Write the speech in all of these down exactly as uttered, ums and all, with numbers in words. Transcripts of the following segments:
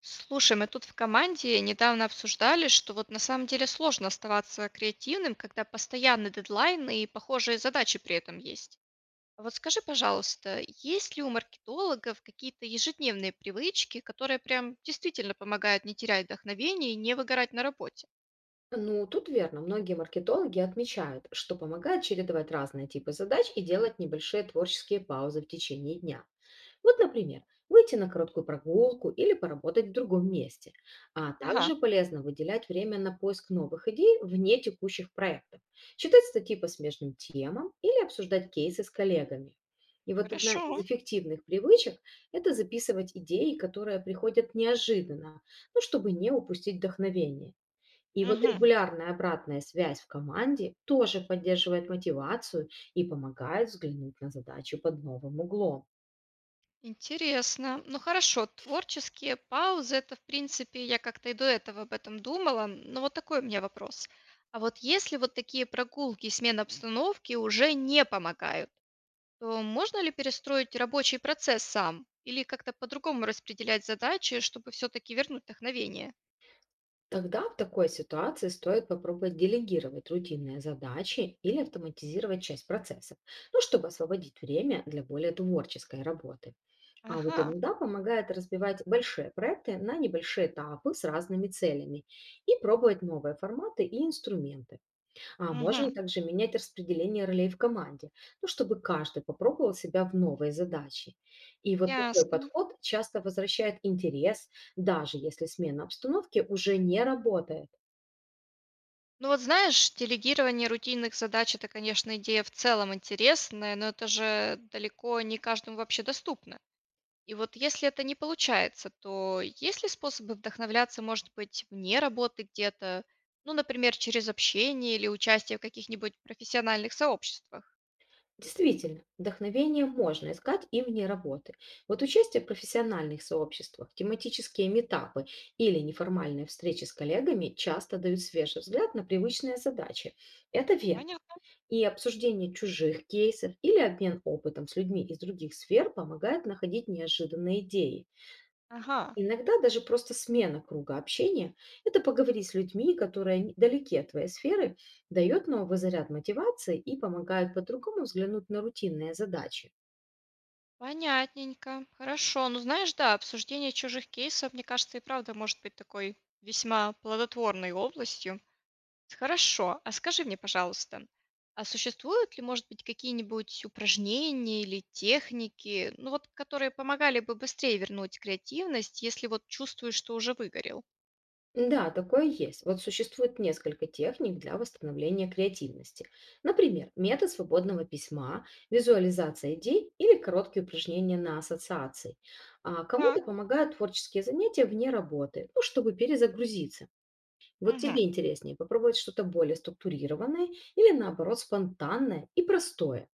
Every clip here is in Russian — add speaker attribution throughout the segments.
Speaker 1: Слушай, мы тут в команде недавно обсуждали, что вот на самом деле сложно оставаться креативным, когда постоянный дедлайн и похожие задачи при этом есть. А вот скажи, пожалуйста, есть ли у маркетологов какие-то ежедневные привычки, которые прям действительно помогают не терять вдохновение и не выгорать на работе?
Speaker 2: Ну, тут верно. Многие маркетологи отмечают, что помогает чередовать разные типы задач и делать небольшие творческие паузы в течение дня. Вот, например, выйти на короткую прогулку или поработать в другом месте. А
Speaker 1: Ага,
Speaker 2: также полезно выделять время на поиск новых идей вне текущих проектов, читать статьи по смежным темам или обсуждать кейсы с коллегами. И вот одна из
Speaker 1: хорошо.
Speaker 2: эффективных привычек– это записывать идеи, которые приходят неожиданно, ну, чтобы не упустить вдохновение. И вот
Speaker 1: Мгм.
Speaker 2: регулярная обратная связь в команде тоже поддерживает мотивацию и помогает взглянуть на задачу под новым углом.
Speaker 1: Интересно. Ну хорошо, творческие паузы, это в принципе, я как-то и до этого об этом думала, но вот такой у меня вопрос. А вот если вот такие прогулки и смена обстановки уже не помогают, то можно ли перестроить рабочий процесс сам? Или как-то по-другому распределять задачи, чтобы все-таки вернуть вдохновение?
Speaker 2: Тогда в такой ситуации стоит попробовать делегировать рутинные задачи или автоматизировать часть процессов, ну, чтобы освободить время для более творческой работы. А вот
Speaker 1: Ага,
Speaker 2: иногда помогает разбивать большие проекты на небольшие этапы с разными целями и пробовать новые форматы и инструменты. А
Speaker 1: мгм,
Speaker 2: можно также менять распределение ролей в команде, ну, чтобы каждый попробовал себя в новой задаче. И вот такой
Speaker 1: ясно.
Speaker 2: подход часто возвращает интерес, даже если смена обстановки уже не работает.
Speaker 1: Ну вот знаешь, делегирование рутинных задач– это, конечно, идея в целом интересная, но это же далеко не каждому вообще доступно. И вот если это не получается, то есть ли способы вдохновляться, может быть, вне работы где-то? Ну, например, через общение или участие в каких-нибудь профессиональных сообществах?
Speaker 2: Действительно, вдохновение можно искать и вне работы. Вот участие в профессиональных сообществах, тематические метапы или неформальные встречи с коллегами часто дают свежий взгляд на привычные задачи. Это верно.
Speaker 1: Понятно.
Speaker 2: И обсуждение чужих кейсов или обмен опытом с людьми из других сфер помогает находить неожиданные идеи.
Speaker 1: Ага,
Speaker 2: Иногда даже просто смена круга общения– это поговорить с людьми, которые не- далеки от твоей сферы, дает новый заряд мотивации и помогает по-другому взглянуть на рутинные задачи.
Speaker 1: понятненько. Хорошо. Ну, знаешь, да, обсуждение чужих кейсов, мне кажется, и правда может быть такой весьма плодотворной областью. Хорошо. А скажи мне, пожалуйста, а существуют ли, может быть, какие-нибудь упражнения или техники, ну вот, которые помогали бы быстрее вернуть креативность, если вот чувствуешь, что уже выгорел?
Speaker 2: Да, такое есть. Вот существует несколько техник для восстановления креативности. Например, метод свободного письма, визуализация идей или короткие упражнения на ассоциации. А
Speaker 1: Так.
Speaker 2: кому-то помогают творческие занятия вне работы, ну, чтобы перезагрузиться. Вот
Speaker 1: Мгм.
Speaker 2: тебе интереснее попробовать что-то более структурированное или наоборот спонтанное и простое.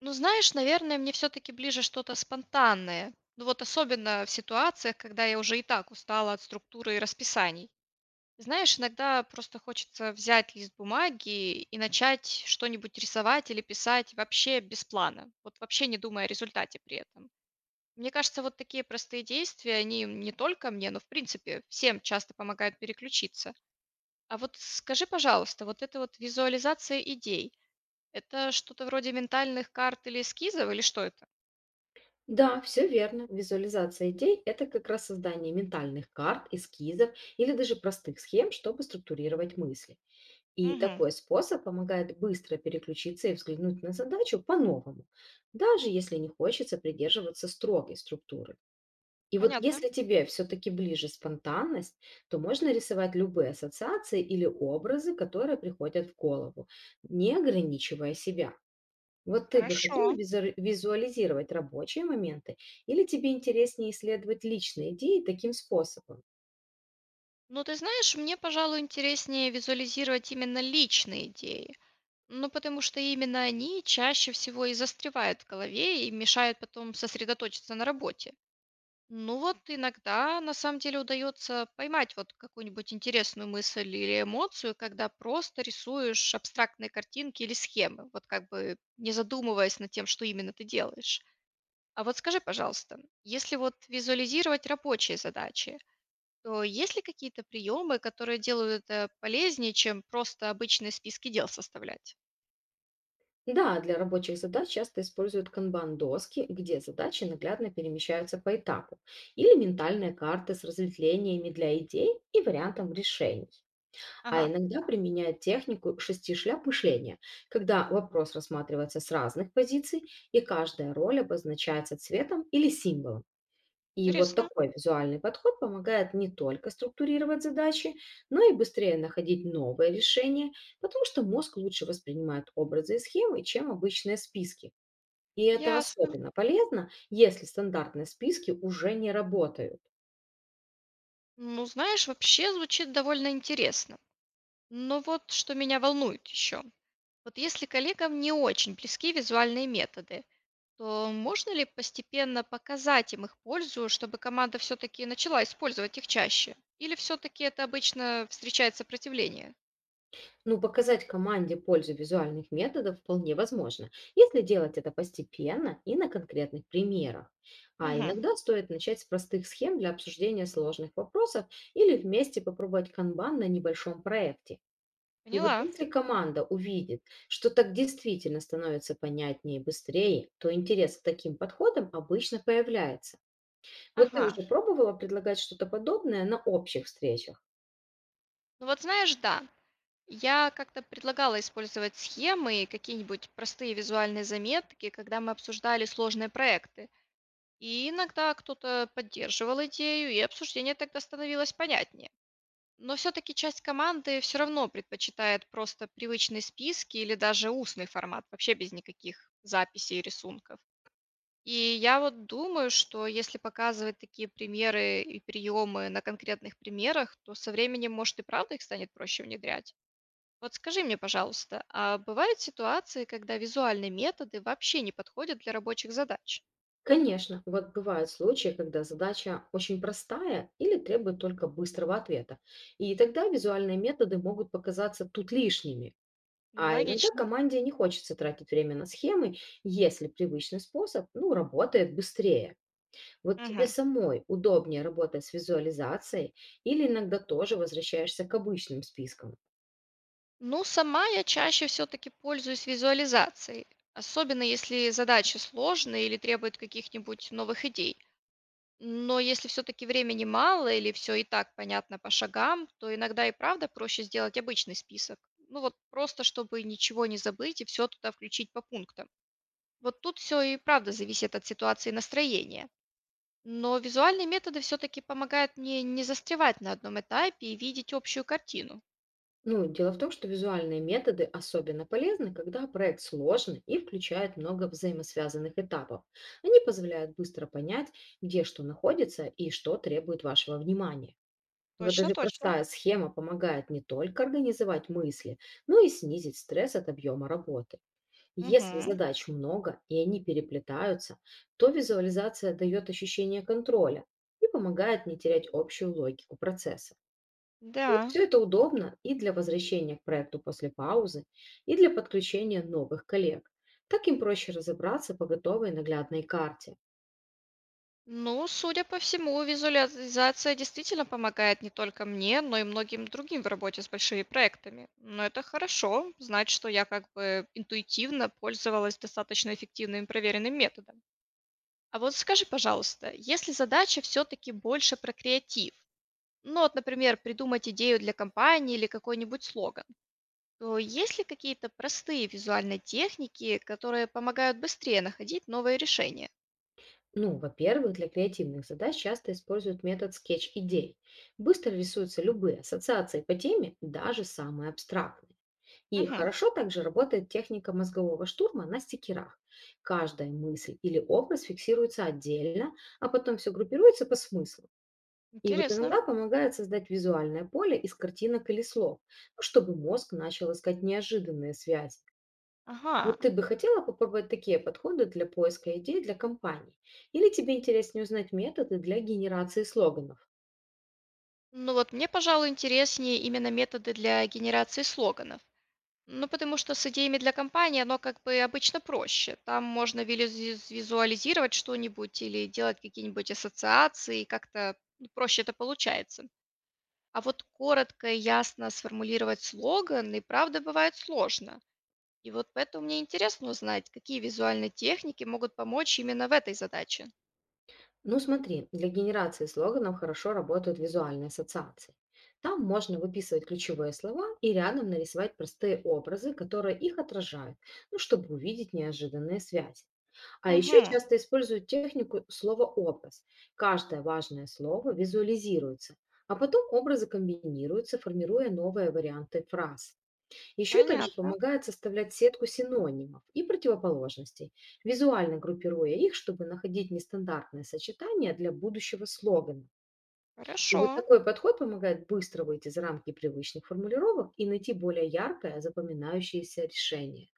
Speaker 1: Ну, знаешь, наверное, мне все-таки ближе что-то спонтанное. Ну вот особенно в ситуациях, когда я уже и так устала от структуры и расписаний. Знаешь, иногда просто хочется взять лист бумаги и начать что-нибудь рисовать или писать вообще без плана, вот вообще не думая о результате при этом. Мне кажется, вот такие простые действия, они не только мне, но в принципе всем часто помогают переключиться. А вот скажи, пожалуйста, вот это вот визуализация идей, это что-то вроде ментальных карт или эскизов, или что это?
Speaker 2: Да, все верно. Визуализация идей– это как раз создание ментальных карт, эскизов или даже простых схем, чтобы структурировать мысли. И
Speaker 1: Угу,
Speaker 2: такой способ помогает быстро переключиться и взглянуть на задачу по-новому, даже если не хочется придерживаться строгой структуры. И вот
Speaker 1: понятно.
Speaker 2: если тебе все-таки ближе спонтанность, то можно рисовать любые ассоциации или образы, которые приходят в голову, не ограничивая себя. Вот ты бы хотела
Speaker 1: Хорошо.
Speaker 2: визуали- визуализировать рабочие моменты или тебе интереснее исследовать личные идеи таким способом?
Speaker 1: Ну, ты знаешь, мне, пожалуй, интереснее визуализировать именно личные идеи. Ну, потому что именно они чаще всего и застревают в голове и мешают потом сосредоточиться на работе. Ну вот иногда на самом деле удается поймать вот какую-нибудь интересную мысль или эмоцию, когда просто рисуешь абстрактные картинки или схемы, вот как бы не задумываясь над тем, что именно ты делаешь. А вот скажи, пожалуйста, если вот визуализировать рабочие задачи, то есть ли какие-то приемы, которые делают это полезнее, чем просто обычные списки дел составлять?
Speaker 2: Да, для рабочих задач часто используют канбан-доски, где задачи наглядно перемещаются по этапу, или ментальные карты с разветвлениями для идей и вариантом решений. А
Speaker 1: Ага,
Speaker 2: иногда применяют технику шести шляп мышления, когда вопрос рассматривается с разных позиций, и каждая роль обозначается цветом или символом. И вот
Speaker 1: интересно,
Speaker 2: такой визуальный подход помогает не только структурировать задачи, но и быстрее находить новые решения, потому что мозг лучше воспринимает образы и схемы, чем обычные списки. И это
Speaker 1: ясно.
Speaker 2: особенно полезно, если стандартные списки уже не работают.
Speaker 1: Ну, знаешь, вообще звучит довольно интересно. Но вот что меня волнует еще. Вот если коллегам не очень близки визуальные методы, то можно ли постепенно показать им их пользу, чтобы команда все-таки начала использовать их чаще? Или все-таки это обычно встречает сопротивление?
Speaker 2: Ну, показать команде пользу визуальных методов вполне возможно, если делать это постепенно и на конкретных примерах. А
Speaker 1: Угу,
Speaker 2: иногда стоит начать с простых схем для обсуждения сложных вопросов или вместе попробовать канбан на небольшом проекте. И вот
Speaker 1: поняла.
Speaker 2: если команда увидит, что так действительно становится понятнее и быстрее, то интерес к таким подходам обычно появляется. Вот ты
Speaker 1: Ага.
Speaker 2: уже пробовала предлагать что-то подобное на общих встречах?
Speaker 1: Ну вот знаешь, да, я как-то предлагала использовать схемы и какие-нибудь простые визуальные заметки, когда мы обсуждали сложные проекты. И иногда кто-то поддерживал идею, и обсуждение тогда становилось понятнее. Но все-таки часть команды все равно предпочитает просто привычные списки или даже устный формат, вообще без никаких записей и рисунков. И я вот думаю, что если показывать такие примеры и приемы на конкретных примерах, то со временем, может, и правда их станет проще внедрять. Вот скажи мне, пожалуйста, а бывают ситуации, когда визуальные методы вообще не подходят для рабочих задач?
Speaker 2: Конечно, вот бывают случаи, когда задача очень простая или требует только быстрого ответа. И тогда визуальные методы могут показаться тут лишними.
Speaker 1: Ну,
Speaker 2: А иногда
Speaker 1: логично.
Speaker 2: команде не хочется тратить время на схемы, если привычный способ, ну, работает быстрее. Вот тебе
Speaker 1: Мгм.
Speaker 2: самой удобнее работать с визуализацией или иногда тоже возвращаешься к обычным спискам?
Speaker 1: Ну, сама я чаще все-таки пользуюсь визуализацией, особенно если задачи сложные или требуют каких-нибудь новых идей. Но если все-таки времени мало или все и так понятно по шагам, то иногда и правда проще сделать обычный список. Ну вот просто, чтобы ничего не забыть и все туда включить по пунктам. Вот тут все и правда зависит от ситуации и настроения. Но визуальные методы все-таки помогают мне не застревать на одном этапе и видеть общую картину.
Speaker 2: Ну, дело в том, что визуальные методы особенно полезны, когда проект сложный и включает много взаимосвязанных этапов. Они позволяют быстро понять, где что находится и что требует вашего внимания. Вот
Speaker 1: Точно,
Speaker 2: даже
Speaker 1: точно.
Speaker 2: простая схема помогает не только организовать мысли, но и снизить стресс от объема работы. Если
Speaker 1: Мгм.
Speaker 2: задач много и они переплетаются, то визуализация дает ощущение контроля и помогает не терять общую логику процесса. Вот
Speaker 1: Да.
Speaker 2: всё это удобно и для возвращения к проекту после паузы, и для подключения новых коллег. Так им проще разобраться по готовой наглядной карте.
Speaker 1: Ну, судя по всему, визуализация действительно помогает не только мне, но и многим другим в работе с большими проектами. Но это хорошо, знать, что я как бы интуитивно пользовалась достаточно эффективным и проверенным методом. А вот скажи, пожалуйста, если задача все-таки больше про креатив, ну вот, например, придумать идею для компании или какой-нибудь слоган, то есть ли какие-то простые визуальные техники, которые помогают быстрее находить новые решения?
Speaker 2: Ну, во-первых, для креативных задач часто используют метод скетч-идей. Быстро рисуются любые ассоциации по теме, даже самые абстрактные. И
Speaker 1: Угу,
Speaker 2: хорошо также работает техника мозгового штурма на стикерах. Каждая мысль или образ фиксируется отдельно, а потом все группируется по смыслу. И вот
Speaker 1: интересно.
Speaker 2: иногда помогает создать визуальное поле из картинок или слов, ну, чтобы мозг начал искать неожиданные связи.
Speaker 1: Ага,
Speaker 2: Вот ты бы хотела попробовать такие подходы для поиска идей для компаний? Или тебе интереснее узнать методы для генерации слоганов?
Speaker 1: ну вот мне, пожалуй, интереснее именно методы для генерации слоганов. Ну, потому что с идеями для компании оно как бы обычно проще. Там можно вилизи- визуализировать что-нибудь или делать какие-нибудь ассоциации, и как-то ну, проще это получается. А вот коротко и ясно сформулировать слоган и правда бывает сложно. И вот поэтому мне интересно узнать, какие визуальные техники могут помочь именно в этой задаче.
Speaker 2: Ну смотри, для генерации слоганов хорошо работают визуальные ассоциации. Там можно выписывать ключевые слова и рядом нарисовать простые образы, которые их отражают, ну, чтобы увидеть неожиданные связи. А еще
Speaker 1: Угу,
Speaker 2: часто используют технику слово-образ. Каждое важное слово визуализируется, а потом образы комбинируются, формируя новые варианты фраз. Еще также
Speaker 1: понятно.
Speaker 2: помогает составлять сетку синонимов и противоположностей, визуально группируя их, чтобы находить нестандартные сочетания для будущего слогана. И
Speaker 1: Хорошо.
Speaker 2: вот такой подход помогает быстро выйти за рамки привычных формулировок и найти более яркое, запоминающееся решение.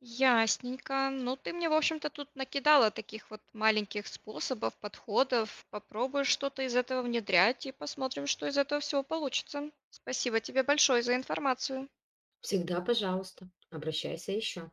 Speaker 1: Ясненько. Ну, ты мне, в общем-то, тут накидала таких вот маленьких способов, подходов. Попробую что-то из этого внедрять и посмотрим, что из этого всего получится. Спасибо тебе большое за информацию.
Speaker 2: Всегда, пожалуйста, обращайся еще.